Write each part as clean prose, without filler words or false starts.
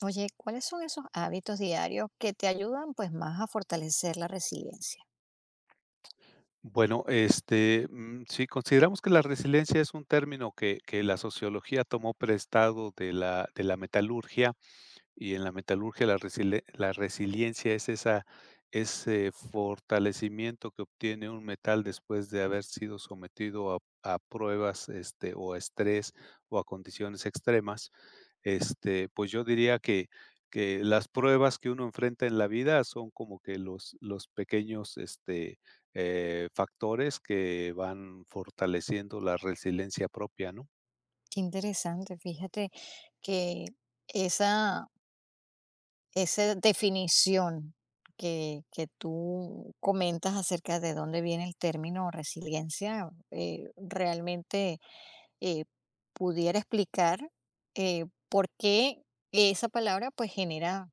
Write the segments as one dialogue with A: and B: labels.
A: Oye, ¿cuáles son esos hábitos diarios que te ayudan pues más a fortalecer la resiliencia?
B: Bueno, si consideramos que la resiliencia es un término que la sociología tomó prestado de la metalurgia, y en la metalurgia la resiliencia es ese fortalecimiento que obtiene un metal después de haber sido sometido a pruebas, o a estrés o a condiciones extremas. Pues yo diría que las pruebas que uno enfrenta en la vida son como que los pequeños factores que van fortaleciendo la resiliencia propia, ¿no?
A: Qué interesante, fíjate que esa, esa definición que tú comentas acerca de dónde viene el término resiliencia, realmente eh, pudiera explicar por qué esa palabra pues genera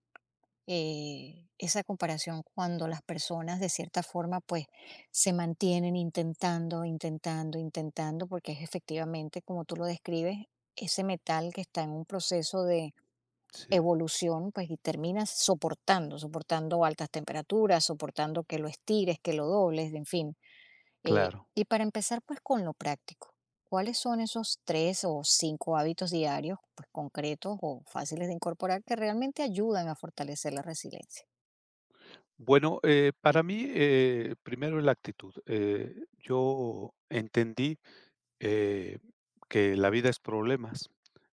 A: esa comparación cuando las personas de cierta forma pues se mantienen intentando, intentando, intentando, porque es efectivamente, como tú lo describes, ese metal que está en un proceso de
B: Sí,
A: evolución, pues y terminas soportando, soportando altas temperaturas, soportando que lo estires, que lo dobles, en fin. Eh,
B: claro.
A: y para empezar pues con lo práctico, ¿cuáles son esos tres o cinco hábitos diarios pues concretos o fáciles de incorporar que realmente ayudan a fortalecer la resiliencia?
B: Bueno, para mí, primero la actitud. Yo entendí eh, que la vida es problemas.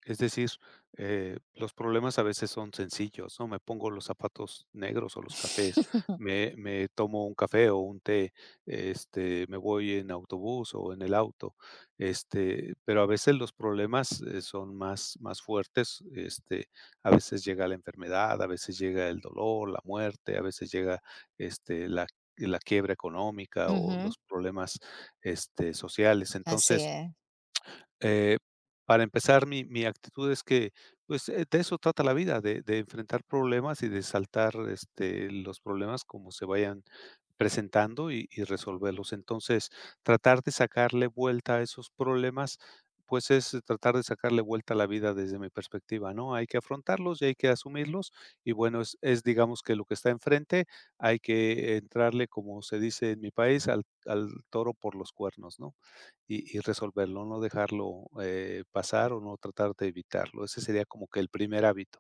B: Es decir, los problemas a veces son sencillos, ¿no? Me pongo los zapatos negros o los cafés. Me tomo un café o un té. Me voy en autobús o en el auto. Pero a veces los problemas son más, más fuertes. A veces llega la enfermedad, a veces llega el dolor, la muerte, a veces llega este, la, la quiebra económica o
A: Ujú,
B: los problemas sociales.
A: así
B: Entonces,
A: es,
B: eh, para empezar, mi actitud es que, pues, de eso trata la vida, de enfrentar problemas y de saltar los problemas como se vayan presentando y resolverlos. Entonces, tratar de sacarle vuelta a esos problemas, pues, es tratar de sacarle vuelta a la vida desde mi perspectiva, ¿no? Hay que afrontarlos y hay que asumirlos, y bueno, digamos, que lo que está enfrente hay que entrarle, como se dice en mi país, al toro por los cuernos, ¿no? Y resolverlo, no dejarlo pasar o no tratar de evitarlo. Ese sería como que el primer hábito.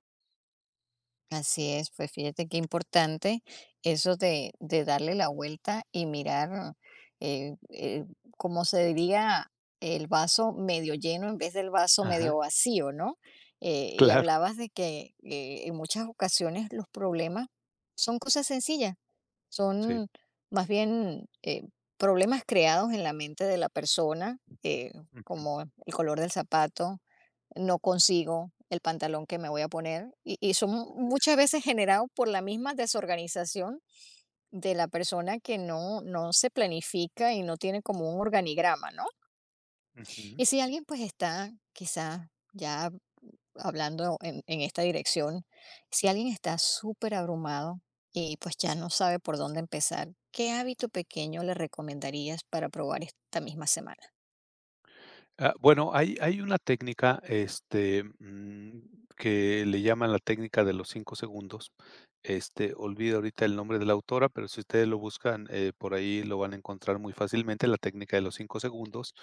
A: así es. Pues fíjate qué importante eso de darle la vuelta y mirar, eh, eh, como se diría, el vaso medio lleno en vez del vaso
B: Ajá,
A: medio vacío, ¿no? Eh, y
B: claro.
A: hablabas de que en muchas ocasiones los problemas son cosas sencillas.
B: Sí.
A: Son más bien, problemas creados en la mente de la persona,
B: Ujú,
A: como el color del zapato, no consigo el pantalón que me voy a poner, y son muchas veces generados por la misma desorganización de la persona que no se planifica y no tiene como un organigrama, ¿no?
B: ujú.
A: Y si alguien, pues, está quizás ya hablando en esta dirección, si alguien está súper abrumado y pues ya no sabe por dónde empezar, ¿qué hábito pequeño le recomendarías para probar esta misma semana?
B: Ah, bueno, hay una técnica, que le llaman la técnica de los 5 segundos. Olvido ahorita el nombre de la autora, pero si ustedes lo buscan, por ahí lo van a encontrar muy fácilmente, la técnica de los 5 segundos.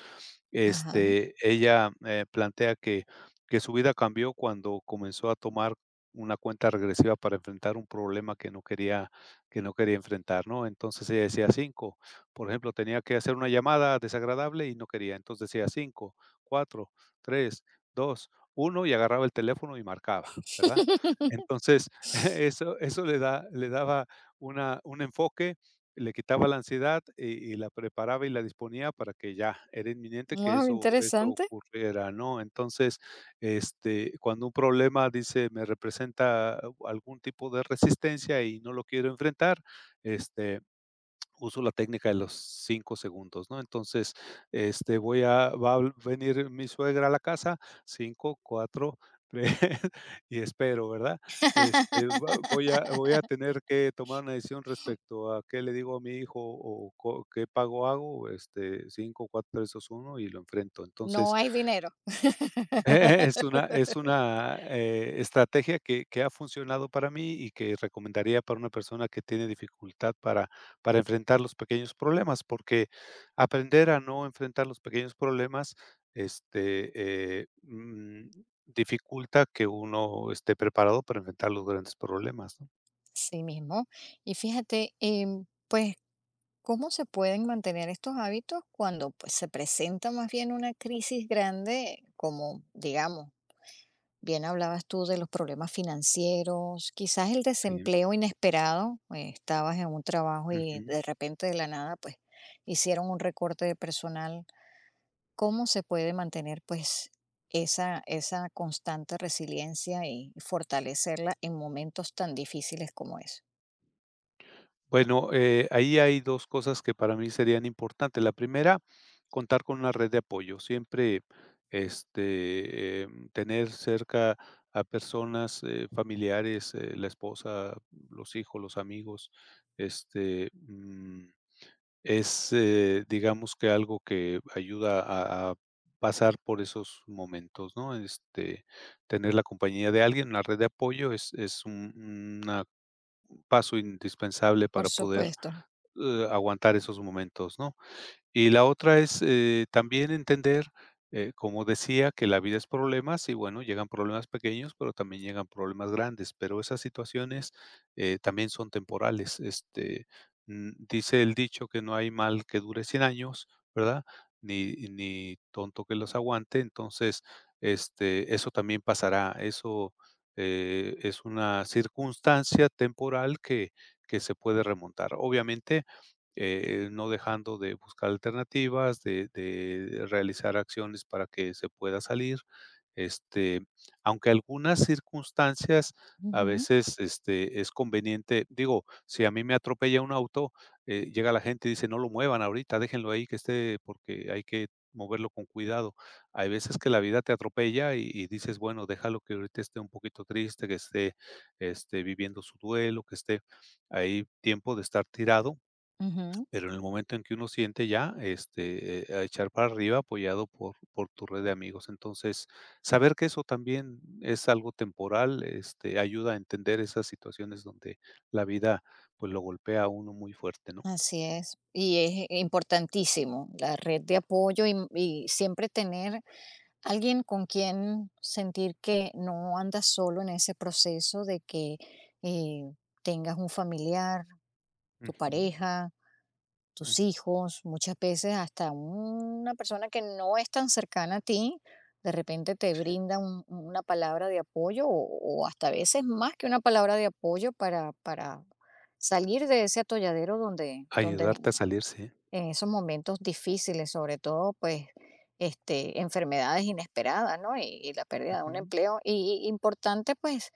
A: Ajá.
B: Ella plantea que su vida cambió cuando comenzó a tomar una cuenta regresiva para enfrentar un problema que no quería enfrentar, ¿no? Entonces ella decía: 5. Por ejemplo, tenía que hacer una llamada desagradable y no quería. Entonces decía cinco, cuatro, tres, dos, uno, y agarraba el teléfono y marcaba, ¿verdad? Entonces, eso le daba una un enfoque, le quitaba la ansiedad y la preparaba y la disponía, para que ya era inminente que
A: Wow,
B: eso
A: interesante.
B: ocurriera, ¿no? Entonces, cuando un problema, dice, me representa algún tipo de resistencia y no lo quiero enfrentar, este uso la técnica de los 5 segundos, ¿no? Entonces, voy a va a venir mi suegra a la casa, 5, cuatro, 3 y espero, ¿verdad? Va voy a voy a tener que tomar una decisión respecto a qué le digo a mi hijo o co qué pago hago, cinco, cuatro, tres, dos, uno, y lo enfrento. Entonces,
A: No hay dinero.
B: Es una estrategia que ha funcionado para mí y que recomendaría para una persona que tiene dificultad para enfrentar los pequeños problemas, porque aprender a no enfrentar los pequeños problemas este, eh, mm, dificulta que uno esté preparado para enfrentar los grandes problemas, ¿no?
A: Sí mismo. Y fíjate, pues, ¿cómo se pueden mantener estos hábitos cuando pues, se presenta más bien una crisis grande, como digamos, bien, hablabas tú de los problemas financieros, quizás el
B: Sí,
A: desempleo inesperado, estabas en un trabajo y
B: ujú.
A: de repente de la nada, pues hicieron un recorte de personal. ¿Cómo se puede mantener pues esa constante resiliencia y fortalecerla en momentos tan difíciles como eso?
B: Bueno, ahí hay 2 cosas que para mí serían importantes. La primera, contar con una red de apoyo. Siempre, tener cerca a personas, familiares, la esposa, los hijos, los amigos, este, mm, es, digamos, que algo que ayuda a pasar por esos momentos, ¿no? Tener la compañía de alguien, una red de apoyo es un una paso indispensable
A: Por
B: para poder
A: supuesto.
B: aguantar esos momentos, ¿no? Y la otra es, también entender, como decía, que la vida es problemas, y bueno, llegan problemas pequeños, pero también llegan problemas grandes, pero esas situaciones también son temporales. Dice el dicho que no hay mal que dure 100 años, ¿verdad? Ni tonto que los aguante. Entonces, eso también pasará, eso es una circunstancia temporal que se puede remontar. Obviamente, no dejando de buscar alternativas, de realizar acciones para que se pueda salir, este, aunque algunas circunstancias a
A: Ujú.
B: veces, es conveniente. Digo, si a mí me atropella un auto, llega la gente y dice: "No lo muevan ahorita, déjenlo ahí que esté, porque hay que moverlo con cuidado". Hay veces que la vida te atropella y dices: "Bueno, déjalo que ahorita esté un poquito triste, que esté viviendo su duelo, que esté ahí tiempo de estar tirado".
A: Ujú,
B: Pero en el momento en que uno siente ya, a echar para arriba apoyado por tu red de amigos. Entonces, saber que eso también es algo temporal ayuda a entender esas situaciones donde la vida, pues, lo golpea a uno muy fuerte, ¿no?
A: así es. Y es importantísimo la red de apoyo y siempre tener alguien con quien sentir que no andas solo en ese proceso de que, eh, tengas un familiar, tu
B: Ujú,
A: pareja,
B: ujú.
A: tus hijos, muchas veces hasta una persona que no es tan cercana a ti, de repente te
B: Sí.
A: brinda un una palabra de apoyo o hasta a veces más que una palabra de apoyo para salir de ese atolladero donde
B: Ayudarte a salir, sí.
A: en esos momentos difíciles, sobre todo, pues, este, enfermedades inesperadas, ¿no? Y la pérdida de un
B: Ujú,
A: empleo. Y importante, pues,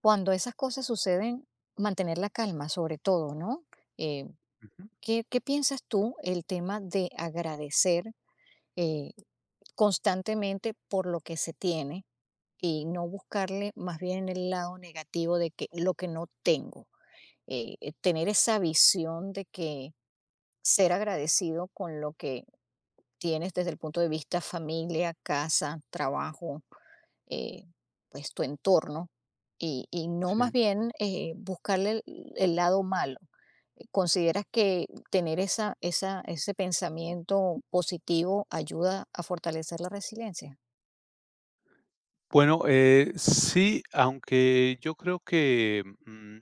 A: cuando esas cosas suceden, mantener la calma, sobre todo, ¿no? Eh,
B: ujú,
A: ¿Qué, qué piensas tú el tema de agradecer eh, constantemente por lo que se tiene y no buscarle más bien el lado negativo de que lo que no tengo? Tener esa visión de que ser agradecido con lo que tienes desde el punto de vista familia, casa, trabajo, eh, pues tu entorno, y no
B: sí.
A: más bien buscarle el lado malo. ¿Consideras que tener esa, esa, ese pensamiento positivo ayuda a fortalecer la resiliencia?
B: Bueno, sí, aunque yo creo que,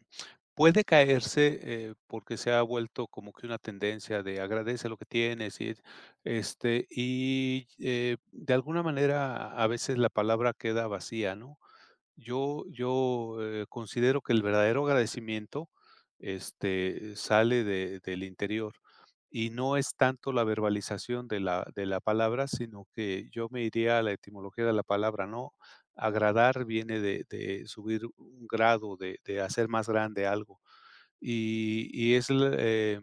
B: puede caerse, porque se ha vuelto como que una tendencia de agradece lo que tienes, y de alguna manera a veces la palabra queda vacía, ¿no? Yo considero que el verdadero agradecimiento sale de del interior, y no es tanto la verbalización de la palabra, sino que yo me iría a la etimología de la palabra, ¿no? Agradar viene de subir un grado, de hacer más grande algo, y es, eh,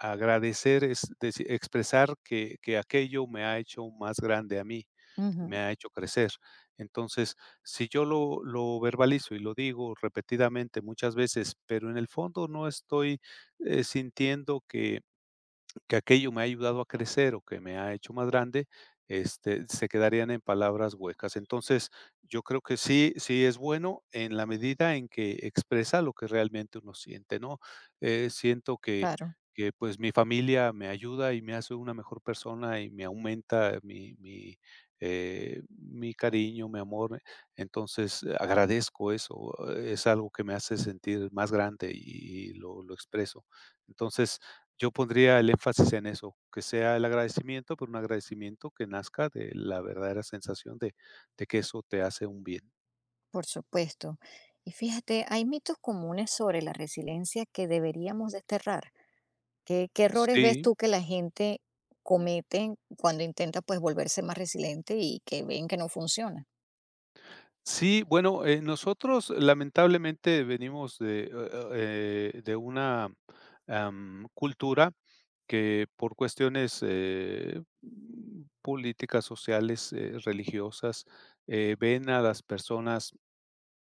B: Agradecer es deci expresar que aquello me ha hecho más grande a mí,
A: Ujú,
B: me ha hecho crecer. Entonces, si yo lo verbalizo y lo digo repetidamente muchas veces, pero en el fondo no estoy sintiendo que aquello me ha ayudado a crecer o que me ha hecho más grande, se quedarían en palabras huecas. Entonces, yo creo que sí, sí es bueno en la medida en que expresa lo que realmente uno siente, ¿no? Siento que,
A: claro,
B: que pues mi familia me ayuda y me hace una mejor persona y me aumenta mi cariño, mi amor. Entonces, agradezco eso. Es algo que me hace sentir más grande y lo expreso. Entonces, yo pondría el énfasis en eso, que sea el agradecimiento, pero un agradecimiento que nazca de la verdadera sensación de que eso te hace un bien.
A: por supuesto. Y fíjate, hay mitos comunes sobre la resiliencia que deberíamos desterrar. ¿Qué, qué errores ves
B: Sí,
A: tú que la gente comete cuando intenta pues volverse más resiliente y que ven que no funciona?
B: sí, bueno, nosotros lamentablemente venimos de una, cultura que, por cuestiones políticas, sociales, religiosas, ven a las personas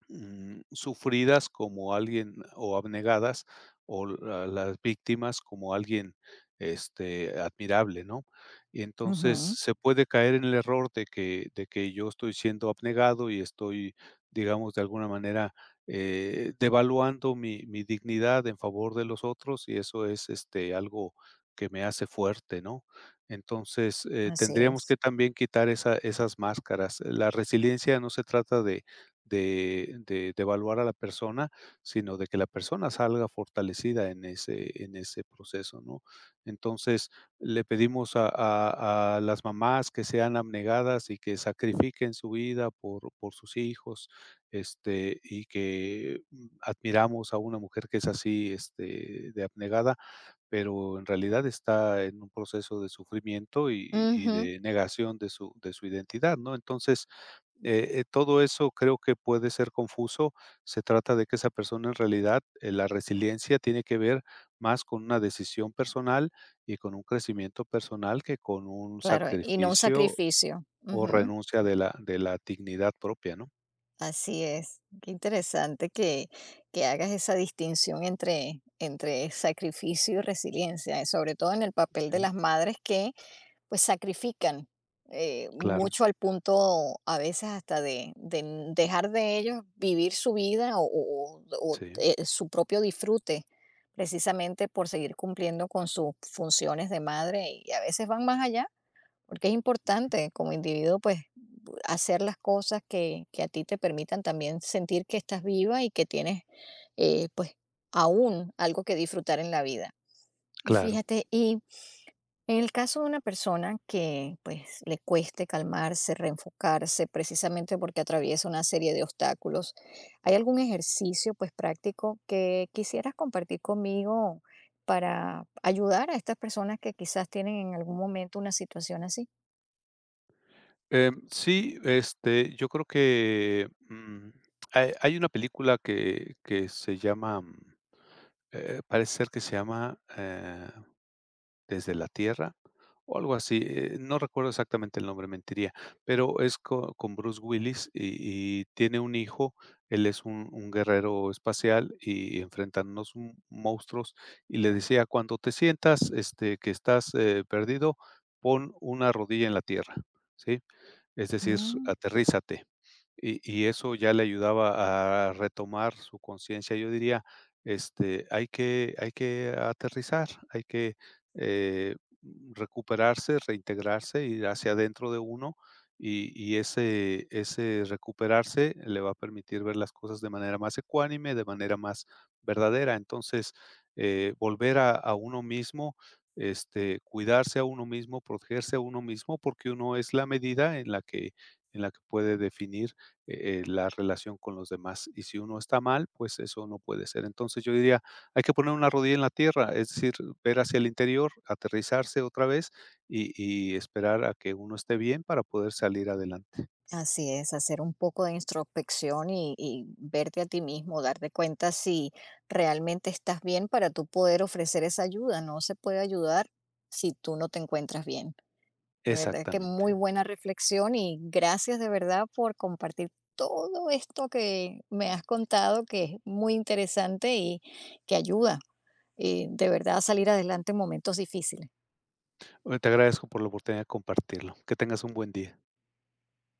B: sufridas como alguien, o abnegadas, o las víctimas, como alguien admirable, ¿no? Y entonces
A: Ujú,
B: se puede caer en el error de que yo estoy siendo abnegado y estoy, digamos, de alguna manera devaluando mi dignidad en favor de los otros, y eso es algo que me hace fuerte, ¿no? Entonces,
A: así
B: tendríamos que
A: es.
B: también quitar esas máscaras. La resiliencia no se trata de evaluar a la persona, sino de que la persona salga fortalecida en ese proceso, ¿no? Entonces, le pedimos a las mamás que sean abnegadas y que sacrifiquen su vida por sus hijos, y que admiramos a una mujer que es así, de abnegada, pero en realidad está en un proceso de sufrimiento y
A: Ujú,
B: de negación de su identidad, ¿no? Entonces, todo eso creo que puede ser confuso. Se trata de que esa persona, en realidad, la resiliencia tiene que ver más con una decisión personal y con un crecimiento personal que con un
A: claro, y no un
B: sacrificio
A: sacrificio.
B: o
A: Ujú,
B: renuncia de la dignidad propia, ¿no?
A: así es. Qué interesante que hagas esa distinción entre, entre sacrificio y resiliencia, sobre todo en el papel de
B: Sí,
A: las madres que pues sacrifican
B: claro,
A: mucho al punto a veces hasta de dejar de ellos vivir su vida o,
B: sí,
A: su propio disfrute, precisamente por seguir cumpliendo con sus funciones de madre y a veces van más allá, porque es importante como individuo pues hacer las cosas que a ti te permitan también sentir que estás viva y que tienes pues aún algo que disfrutar en la vida. Y
B: claro.
A: fíjate, y en el caso de una persona que pues le cueste calmarse, reenfocarse, precisamente porque atraviesa una serie de obstáculos, ¿hay algún ejercicio pues práctico que quisieras compartir conmigo para ayudar a estas personas que quizás tienen en algún momento una situación así?
B: Sí, yo creo que, hay una película que se llama, parece ser que se llama, desde la Tierra, o algo así, no recuerdo exactamente el nombre, mentiría, pero es co con Bruce Willis y tiene un hijo. Él es un guerrero espacial y enfrentan unos m monstruos, y le decía: "Cuando te sientas, que estás perdido, pon una rodilla en la tierra", ¿sí? Es decir,
A: Mm,
B: aterrízate. Y eso ya le ayudaba a retomar su conciencia. Yo diría, hay que aterrizar, hay que eh, recuperarse, reintegrarse, ir hacia adentro de uno, y ese recuperarse le va a permitir ver las cosas de manera más ecuánime, de manera más verdadera. Entonces, volver a uno mismo, cuidarse a uno mismo, protegerse a uno mismo, porque uno es la medida en la que puede definir la relación con los demás. Y si uno está mal, pues eso no puede ser. Entonces yo diría, hay que poner una rodilla en la tierra, es decir, ver hacia el interior, aterrizarse otra vez y, y esperar a que uno esté bien para poder salir adelante.
A: así es, hacer un poco de introspección y verte a ti mismo, darte cuenta si realmente estás bien para tú poder ofrecer esa ayuda. No se puede ayudar si tú no te encuentras bien. De verdad que
B: Exactamente.
A: muy buena reflexión y gracias de verdad por compartir todo esto que me has contado, que es muy interesante y que ayuda de verdad a salir adelante en momentos difíciles.
B: Bueno, te agradezco por la oportunidad de compartirlo. Que tengas un buen día.